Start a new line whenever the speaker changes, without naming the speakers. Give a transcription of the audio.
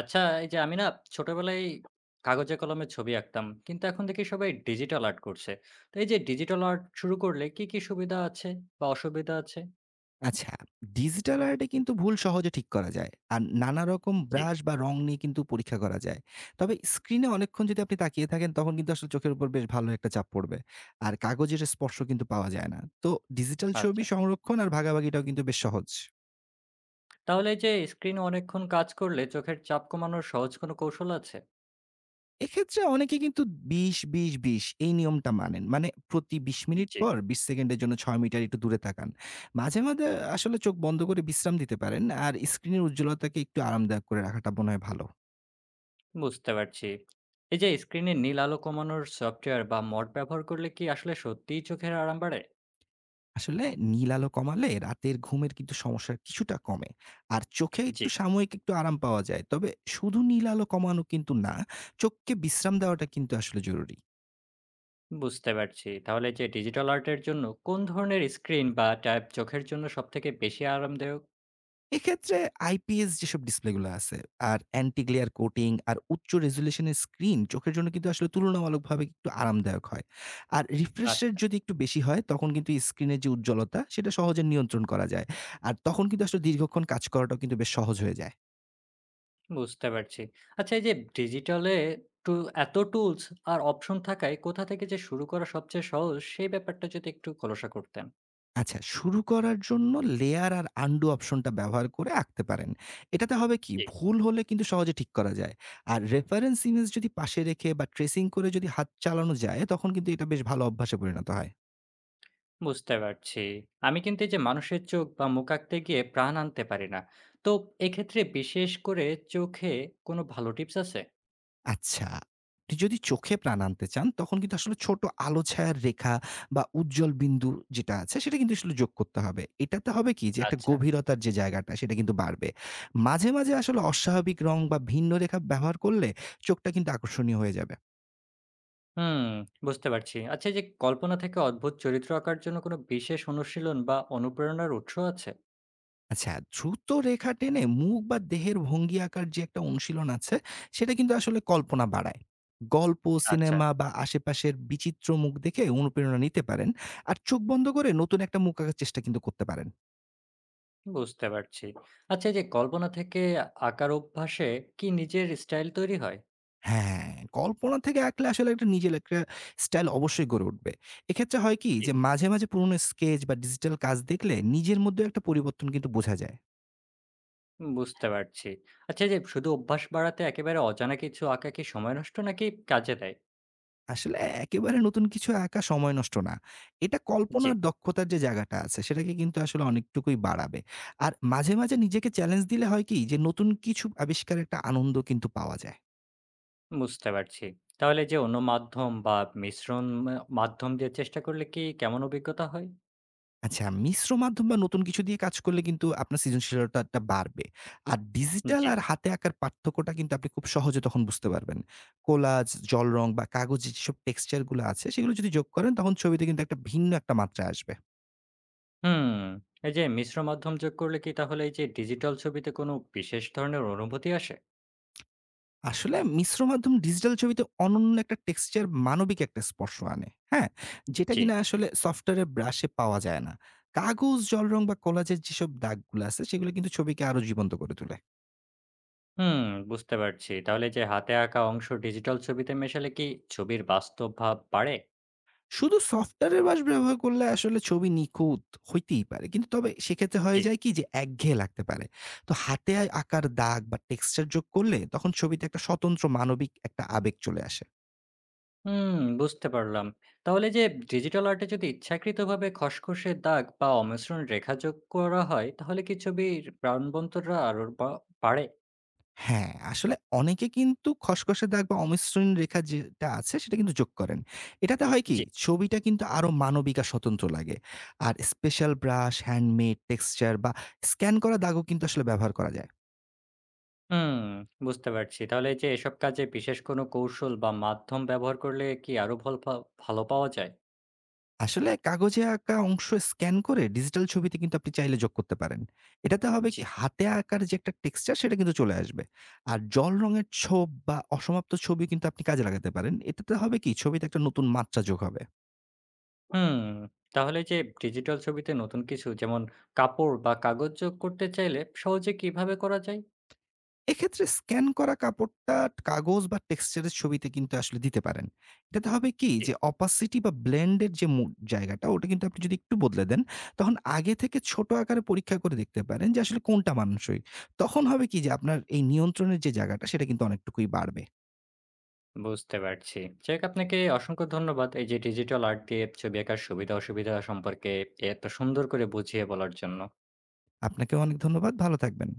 আচ্ছা, এই যে আমি না ছোটবেলায় কাগজে কলমে ছবি আঁকতাম। কিন্তু এখন দেখি সবাই ডিজিটাল আর্ট করছে। তো এই যে ডিজিটাল আর্ট শুরু করলে কি সুবিধা আছে বা অসুবিধা আছে?
আচ্ছা, ডিজিটাল আর্টে কিন্তু ভুল সহজে ঠিক করা যায়। আর নানা রকম
জি,
ব্রাশ বা রং নিয়ে কিন্তু পরীক্ষা করা যায়। তবে স্ক্রিনে অনেকক্ষণ যদি আপনি তাকিয়ে থাকেন তখন কিন্তু আসলে চোখের উপর বেশ ভালো একটা চাপ পড়বে। আর কাগজের স্পর্শ কিন্তু পাওয়া যায় না। তো ডিজিটাল ছবি
আচ্ছা।
সংরক্ষণ আর ভাগাভাগিটাও কিন্তু বেশ সহজ।
তাহলে এই যে স্ক্রিনে অনেকক্ষণ কাজ করলে চোখের চাপ কমানোর সহজ কোনো কৌশল আছে?
এক্ষেত্রে অনেকে কিন্তু ২০-২০-২০ এই নিয়মটা মানেন। মানে প্রতি ২০ মিনিট
জি,
পর ২০ সেকেন্ডের জন্য ৬ মিটার একটু দূরে তাকান। মাঝে মাঝে আসলে চোখ বন্ধ করে বিশ্রাম দিতে পারেন। আর স্ক্রিনের উজ্জ্বলতাকে একটু আরামদায়ক করে রাখাটা মনে হয় ভালো।
বুঝতে পারছি। এই যে স্ক্রিনে নীল আলো কমানোর সফটওয়্যার বা মড ব্যবহার করলে কি আসলে সত্যিই চোখের আরাম বাড়ে?
আসলে নীল আলো কমালে রাতের ঘুমের কিন্তু সমস্যা কিছুটা কমে, আর চোখে
জি,
একটু সাময়িক একটু আরাম পাওয়া যায়। তবে শুধু নীল আলো কমানো কিন্তু না, চোখকে বিশ্রাম দেওয়াটা কিন্তু আসলে জরুরি।
বুঝতে পারছি। তাহলে এই যে ডিজিটাল আর্টের জন্য কোন ধরনের স্ক্রিন বা ট্যাব চোখের জন্য সবথেকে বেশি আরামদায়ক?
এক্ষেত্রে আইপিএস যেসব ডিসপ্লেগুলো আছে, আর অ্যান্টি গ্লেয়ার কোটিং আর উচ্চ রেজুলেশনের স্ক্রিন চোখের জন্য কিন্তু আসলে তুলনামূলকভাবে একটু আরামদায়ক হয়। আর রিফ্রেশ রেট
আচ্ছা,
যদি একটু বেশি হয় তখন কিন্তু স্ক্রিনের যে উজ্জ্বলতা সেটা সহজে নিয়ন্ত্রণ করা যায়। আর তখন কিন্তু আসলে দীর্ঘক্ষণ কাজ করাটাও কিন্তু বেশ সহজ হয়ে যায়।
বুঝতে পারছি। আচ্ছা এই যে ডিজিটালে টু এত টুলস আর অপশন থাকায় কোথা থেকে যে শুরু করা সবচেয়ে সহজ সেই ব্যাপারটা যদি একটু খোলাসা করতেন।
আচ্ছা, শুরু করার জন্য লেয়ার আর আনডু অপশনটা ব্যবহার করে আঁকতে পারেন। এটাতে হবে কি,
জি।
ভুল হলে কিন্তু সহজে ঠিক করা যায়। আর রেফারেন্স ইমেজ যদি পাশে রেখে বা ট্রেসিং করে যদি হাত চালানো যায়, তখন কিন্তু এটা বেশ ভালো অভ্যাসে পরিণত হয়।
বুঝতে পারছি। আমি কিন্তু এই যে মানুষের চোখ বা মুখ আঁকতে গিয়ে প্রাণ আনতে পারি না। তো এক্ষেত্রে বিশেষ করে চোখে কোনো ভালো টিপস আছে?
আচ্ছা, আপনি যদি চোখে প্রাণ আনতে চান, তখন কিন্তু আসলে ছোট আলো ছায়ার রেখা বা উজ্জ্বল বিন্দু যেটা আছে, সেটা কিন্তু আসলে যোগ করতে হবে। এটাতে হবে কি যে একটা
আচ্ছা।
গভীরতার যে জায়গাটা, সেটা কিন্তু বাড়বে। মাঝে মাঝে আসলে অস্বাভাবিক রং বা ভিন্ন রেখা ব্যবহার করলে চোখটা কিন্তু আকর্ষণীয় হয়ে যাবে।
হুম, বুঝতে পারছি। আচ্ছা এই যে কল্পনা থেকে অদ্ভুত চরিত্র আঁকার জন্য কোনো বিশেষ অনুশীলন বা অনুপ্রেরণার উৎস আছে?
আচ্ছা, দ্রুত রেখা টেনে মুখ বা দেহের ভঙ্গি আঁকার যে একটা অনুশীলন আছে, সেটা কিন্তু আসলে কল্পনা বাড়ায়। গল্প,
আচ্ছা।
সিনেমা বা আশেপাশের বিচিত্র মুখ দেখে অনুপ্রেরণা নিতে পারেন। আর চোখ বন্ধ করে নতুন একটা মুখ আঁকার চেষ্টা কিন্তু করতে পারেন।
বুঝতে পারছি। আচ্ছা এই যে কল্পনা থেকে আঁকার অভ্যাসে কি নিজের স্টাইল তৈরি হয়?
হ্যাঁ, কল্পনা থেকে আঁকলে আসলে একটা নিজের একটা স্টাইল অবশ্যই গড়ে উঠবে। এক্ষেত্রে হয় কি
জি।
যে মাঝে মাঝে পুরনো স্কেচ বা ডিজিটাল কাজ দেখলে নিজের মধ্যেও একটা পরিবর্তন কিন্তু বোঝা যায়।
বুঝতে পারছি। আচ্ছা এই যে শুধু অভ্যাস বাড়াতে একেবারে অজানা কিছু আঁকা কি সময় নষ্ট নাকি কাজে দেয়?
আসলে একেবারে নতুন কিছু আঁকা সময় নষ্ট না। এটা
জি।
কল্পনার দক্ষতার যে জায়গাটা আছে সেটাকে কিন্তু আসলে অনেকটুকুই বাড়াবে। আর মাঝে মাঝে নিজেকে চ্যালেঞ্জ দিলে হয় কি যে নতুন কিছু আবিষ্কারের একটা আনন্দ কিন্তু পাওয়া যায়।
বুঝতে পারছি। তাহলে যে অন্য মাধ্যম বা মিশ্রণ মা মাধ্যম দিয়ে চেষ্টা করলে কি কেমন অভিজ্ঞতা হয়?
আচ্ছা, মিশ্র মাধ্যম বা নতুন কিছু দিয়ে কাজ করলে কিন্তু আপনার সৃজনশীলতাটা বাড়বে। আর ডিজিটাল
জি।
আর হাতে আঁকার পার্থক্যটা কিন্তু আপনি খুব সহজে তখন বুঝতে পারবেন। কোলাজ, জল রং বা কাগজে যেসব টেক্সচার গুলো আছে সেগুলো যদি যোগ করেন তখন ছবিতে কিন্তু একটা ভিন্ন একটা মাত্রা আসবে।
হুম, এই যে মিশ্র মাধ্যম যোগ করলে কি তাহলে এই যে ডিজিটাল ছবিতে কোনো বিশেষ ধরনের অনুভূতি আসে?
আসলে মিশ্র মাধ্যম ডিজিটাল ছবিতে অনন্য একটা টেক্সচার, মানবিক একটা স্পর্শ আনে। হ্যাঁ? যেটা
জি।
কিনা আসলে সফটওয়্যারের ব্রাশে পাওয়া যায় না। কাগজ, জল রং বা কোলাজের যেসব দাগগুলো আছে সেগুলো কিন্তু ছবিকে আরো জীবন্ত করে তোলে।
হুম, বুঝতে পারছি। তাহলে যে হাতে আঁকা অংশ ডিজিটাল ছবিতে মেশালে কি ছবির বাস্তব ভাব বাড়ে?
শুধু সফটওয়্যারের ব্রাশ ব্যবহার করলে আসলে ছবি নিখুঁত হইতেই পারে। কিন্তু তবে সেক্ষেত্রে
জি।
হয়ে যায় কি যে একঘেয়ে লাগতে পারে। তো হাতে আঁকার দাগ বা টেক্সচার যোগ করলে তখন ছবিতে একটা স্বতন্ত্র মানবিক একটা আবেগ চলে আসে।
হুম, বুঝতে পারলাম। তাহলে যে ডিজিটাল আর্টে যদি ইচ্ছাকৃতভাবে খসখসে দাগ বা অমসৃণ রেখা যোগ করা হয়, তাহলে কি ছবির প্রাণবন্তরা আরো বা বাড়ে?
হ্যাঁ, আসলে অনেকে কিন্তু খসখসে দাগ বা অমসৃণ রেখা যেটা আছে সেটা কিন্তু যোগ করেন। এটাতে হয় কি?
জি।
ছবিটা কিন্তু আরো মানবিক আর স্বতন্ত্র লাগে। আর স্পেশাল ব্রাশ, হ্যান্ডমেড, টেক্সচার বা স্ক্যান করা দাগও কিন্তু আসলে ব্যবহার করা যায়।
হুম, বুঝতে পারছি। তাহলে এই যে এসব কাজে বিশেষ কোনো কৌশল বা মাধ্যম ব্যবহার করলে কি আরো ভল ফা ভালো পাওয়া যায়?
আসলে কাগজে আঁকা অংশ স্ক্যান করে ডিজিটাল ছবিতে কিন্তু আপনি চাইলে যোগ করতে পারেন। এটাতে হবে
জি।
কি? হাতে আঁকার যে একটা টেক্সচার সেটা কিন্তু চলে আসবে। আর জল রঙের ছোপ বা অসমাপ্ত ছবি কিন্তু আপনি কাজে লাগাতে পারেন। এটাতে হবে কি? ছবিতে একটা নতুন মাত্রা যোগ হবে।
হুম, তাহলে যে ডিজিটাল ছবিতে নতুন কিছু যেমন কাপড় বা কাগজ যোগ করতে চাইলে সহজে কিভাবে করা যায়?
এক্ষেত্রে স্ক্যান করা কাপড়টা কাগজ বা টেক্সচারের ছবিতে কিন্তু আসলে দিতে পারেন। এটাতে হবে কি
জি,
যে অপাসিটি বা ব্লেন্ড এর যে জায়গাটা ওটা কিন্তু আপনি যদি একটু বদলে দেন, তখন আগে থেকে ছোট আকারে পরীক্ষা করে দেখতে পারেন যে আসলে কোনটা মানানসই। তখন হবে কি যে আপনার এই নিয়ন্ত্রণের যে জায়গাটা সেটা কিন্তু অনেকটুকুই বাড়বে।
বুঝতে পারছি। যাক আপনাকে অসংখ্য ধন্যবাদ এই যে ডিজিটাল আর্ট দিয়ে ছবি আঁকার সুবিধা অসুবিধা সম্পর্কে এত সুন্দর করে বুঝিয়ে বলার জন্য।
আপনাকেও অনেক ধন্যবাদ। ভালো থাকবেন।